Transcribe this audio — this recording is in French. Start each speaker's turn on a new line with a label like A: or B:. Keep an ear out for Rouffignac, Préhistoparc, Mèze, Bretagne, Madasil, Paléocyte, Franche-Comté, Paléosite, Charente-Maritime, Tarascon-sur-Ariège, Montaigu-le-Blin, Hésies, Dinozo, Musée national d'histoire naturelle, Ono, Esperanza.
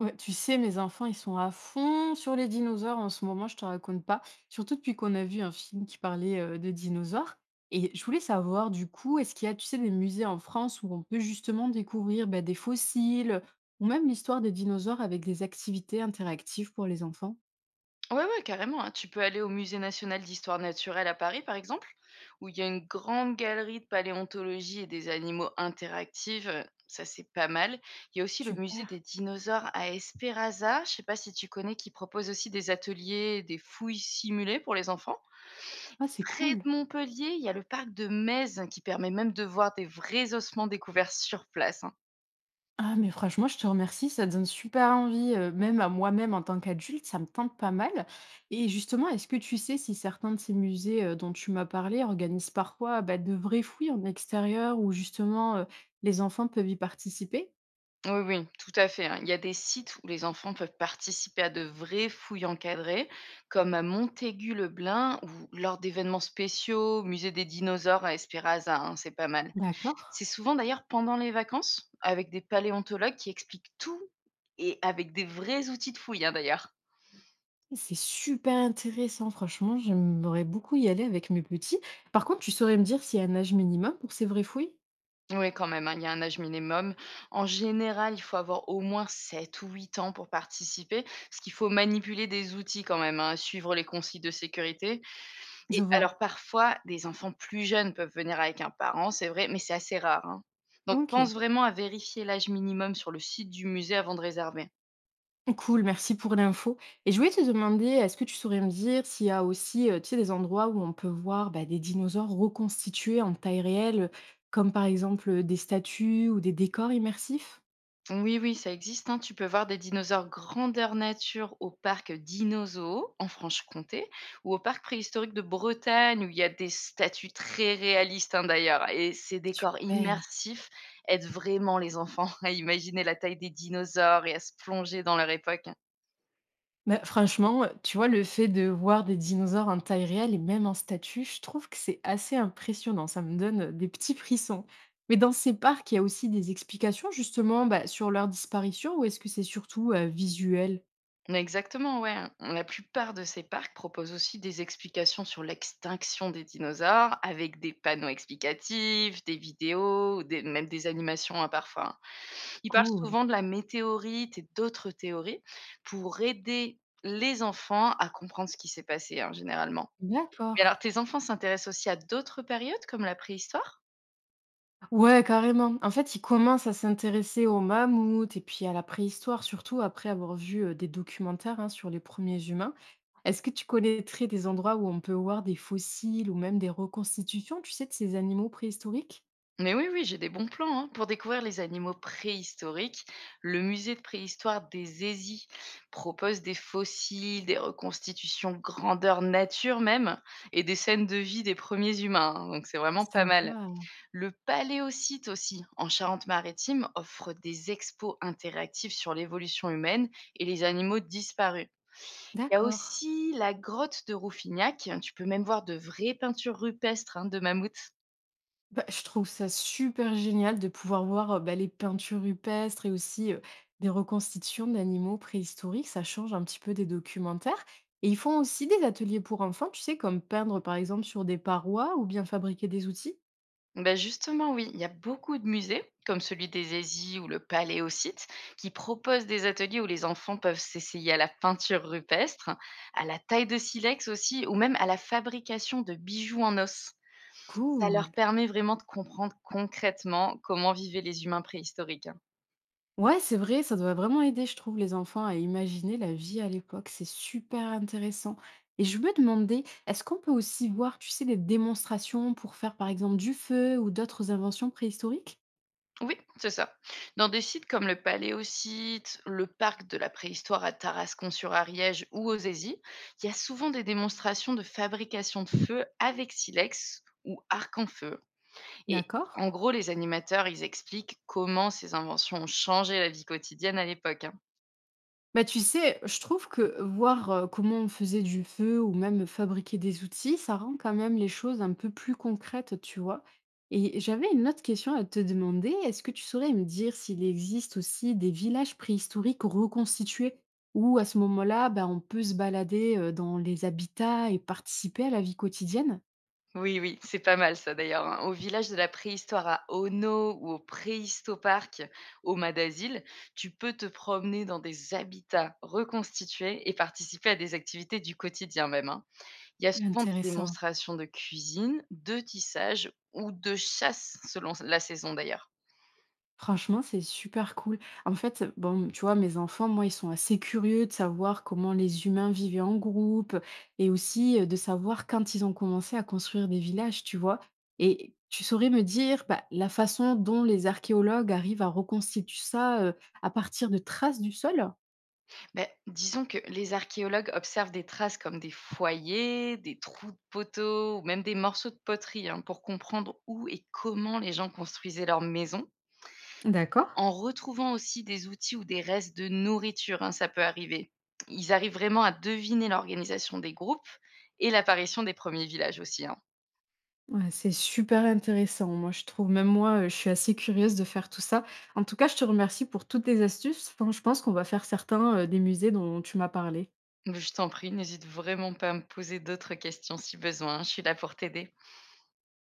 A: Ouais, tu sais, mes enfants, ils sont à fond sur les dinosaures en ce moment, je te raconte pas. Surtout depuis qu'on a vu un film qui parlait de dinosaures. Et je voulais savoir, du coup, est-ce qu'il y a, tu sais, des musées en France où on peut justement découvrir bah, des fossiles ou même l'histoire des dinosaures avec des activités interactives pour les enfants?
B: Ouais, ouais, carrément, hein. Tu peux aller au Musée national d'histoire naturelle à Paris, par exemple, où il y a une grande galerie de paléontologie et des animaux interactifs. Ça, c'est pas mal. Il y a aussi le musée
A: Super.
B: des dinosaures à Esperanza. Je sais pas si tu connais, qui propose aussi des ateliers, des fouilles simulées pour les enfants.
A: Ah, c'est
B: Près de
A: cool.
B: Montpellier, il y a le parc de Mèze qui permet même de voir des vrais ossements découverts sur place, hein.
A: Ah mais franchement, je te remercie, ça donne super envie, même à moi-même en tant qu'adulte, ça me tente pas mal et justement, est-ce que tu sais si certains de ces musées, dont tu m'as parlé organisent parfois, bah, de vrais fouilles en extérieur où justement, les enfants peuvent y participer?
B: Oui, oui, tout à fait, hein. Il y a des sites où les enfants peuvent participer à de vraies fouilles encadrées, comme à Montaigu-le-Blin ou lors d'événements spéciaux, au musée des dinosaures à Esperanza, hein, c'est pas mal.
A: D'accord.
B: C'est souvent d'ailleurs pendant les vacances, avec des paléontologues qui expliquent tout et avec des vrais outils de fouille, hein, d'ailleurs.
A: C'est super intéressant, franchement, j'aimerais beaucoup y aller avec mes petits. Par contre, tu saurais me dire s'il y a un âge minimum pour ces vraies fouilles?
B: Oui, quand même, hein, il y a un âge minimum. En général, il faut avoir au moins 7 ou 8 ans pour participer, parce qu'il faut manipuler des outils quand même, hein, suivre les consignes de sécurité.
A: Je
B: Et
A: vois.
B: alors parfois, des enfants plus jeunes peuvent venir avec un parent, c'est vrai, mais c'est assez rare, hein. Donc
A: OK.
B: pense vraiment à vérifier l'âge minimum sur le site du musée avant de réserver.
A: Cool, merci pour l'info. Et je voulais te demander, est-ce que tu saurais me dire s'il y a aussi, tu sais, des endroits où on peut voir, bah, des dinosaures reconstitués en taille réelle, comme par exemple, des statues ou des décors immersifs?
B: Oui, oui, ça existe, hein. Tu peux voir des dinosaures grandeur nature au parc Dinozo en Franche-Comté ou au parc préhistorique de Bretagne où il y a des statues très réalistes, hein, d'ailleurs. Et ces décors
A: Super.
B: immersifs aident vraiment les enfants à imaginer la taille des dinosaures et à se plonger dans leur époque.
A: Bah, franchement, tu vois, le fait de voir des dinosaures en taille réelle et même en statue, je trouve que c'est assez impressionnant. Ça me donne, des petits frissons. Mais dans ces parcs, il y a aussi des explications justement, bah, sur leur disparition ou est-ce que c'est surtout, visuel?
B: Exactement, ouais, hein. La plupart de ces parcs proposent aussi des explications sur l'extinction des dinosaures avec des panneaux explicatifs, des vidéos, ou même des animations, hein, parfois, hein. Ils parlent
A: Cool.
B: souvent de la météorite et d'autres théories pour aider les enfants à comprendre ce qui s'est passé, hein, généralement. Mais
A: D'accord.
B: alors, tes enfants s'intéressent aussi à d'autres périodes comme la préhistoire.
A: Ouais, carrément. En fait, ils commencent à s'intéresser aux mammouths et puis à la préhistoire, surtout après avoir vu des documentaires hein, sur les premiers humains. Est-ce que tu connaîtrais des endroits où on peut voir des fossiles ou même des reconstitutions, tu sais, de ces animaux préhistoriques?
B: Mais oui, oui, j'ai des bons plans, hein. Pour découvrir les animaux préhistoriques, le musée de préhistoire des Hésies propose des fossiles, des reconstitutions grandeur nature même, et des scènes de vie des premiers humains, hein. Donc c'est vraiment pas mal.
A: Sympa.
B: Le Paléocyte aussi, en Charente-Maritime, offre des expos interactifs sur l'évolution humaine et les animaux disparus. Il y a
A: D'accord.
B: aussi la grotte de Rouffignac. Hein, tu peux même voir de vraies peintures rupestres, hein, de mammouths.
A: Bah, je trouve ça super génial de pouvoir voir, bah, les peintures rupestres et aussi, des reconstitutions d'animaux préhistoriques. Ça change un petit peu des documentaires et ils font aussi des ateliers pour enfants, tu sais, comme peindre, par exemple, sur des parois ou bien fabriquer des outils.
B: Ben justement, oui, il y a beaucoup de musées, comme celui des Aisies ou le Palais au site, qui proposent des ateliers où les enfants peuvent s'essayer à la peinture rupestre, à la taille de silex aussi, ou même à la fabrication de bijoux en os. Ça
A: Cool.
B: leur permet vraiment de comprendre concrètement comment vivaient les humains préhistoriques.
A: Ouais, c'est vrai, ça doit vraiment aider, je trouve, les enfants à imaginer la vie à l'époque. C'est super intéressant et je me demandais, est-ce qu'on peut aussi voir, tu sais, des démonstrations pour faire, par exemple, du feu ou d'autres inventions préhistoriques?
B: Oui, c'est ça. Dans des sites comme le Paléosite, le parc de la préhistoire à Tarascon-sur-Ariège ou aux Aisies, il y a souvent des démonstrations de fabrication de feu avec silex ou arc en feu. Et
A: D'accord.
B: en gros, les animateurs, ils expliquent comment ces inventions ont changé la vie quotidienne à l'époque, hein.
A: Bah, tu sais, je trouve que voir, comment on faisait du feu ou même fabriquer des outils, ça rend quand même les choses un peu plus concrètes, tu vois? Et j'avais une autre question à te demander. Est-ce que tu saurais me dire s'il existe aussi des villages préhistoriques reconstitués? Où à ce moment-là, bah, on peut se balader, dans les habitats et participer à la vie quotidienne?
B: Oui, oui, c'est pas mal ça d'ailleurs, hein. Au village de la préhistoire à Ono ou au Préhistoparc au Madasil, tu peux te promener dans des habitats reconstitués et participer à des activités du quotidien même, hein. Il y a souvent des
A: Intéressant.
B: démonstrations de cuisine, de tissage ou de chasse selon la saison d'ailleurs.
A: Franchement, c'est super cool. En fait, bon, tu vois, mes enfants, moi, ils sont assez curieux de savoir comment les humains vivaient en groupe et aussi de savoir quand ils ont commencé à construire des villages, tu vois. Et tu saurais me dire bah, la façon dont les archéologues arrivent à reconstituer ça à partir de traces du sol?
B: Mais disons que les archéologues observent des traces comme des foyers, des trous de poteaux ou même des morceaux de poterie, hein, pour comprendre où et comment les gens construisaient leurs maisons.
A: D'accord.
B: En retrouvant aussi des outils ou des restes de nourriture, hein, ça peut arriver. Ils arrivent vraiment à deviner l'organisation des groupes et l'apparition des premiers villages aussi, hein.
A: Ouais, c'est super intéressant, moi je trouve. Même moi, je suis assez curieuse de faire tout ça. En tout cas, je te remercie pour toutes tes astuces. Enfin, je pense qu'on va faire certains des musées dont tu m'as parlé.
B: Je t'en prie, n'hésite vraiment pas à me poser d'autres questions si besoin. Hein, je suis là pour t'aider.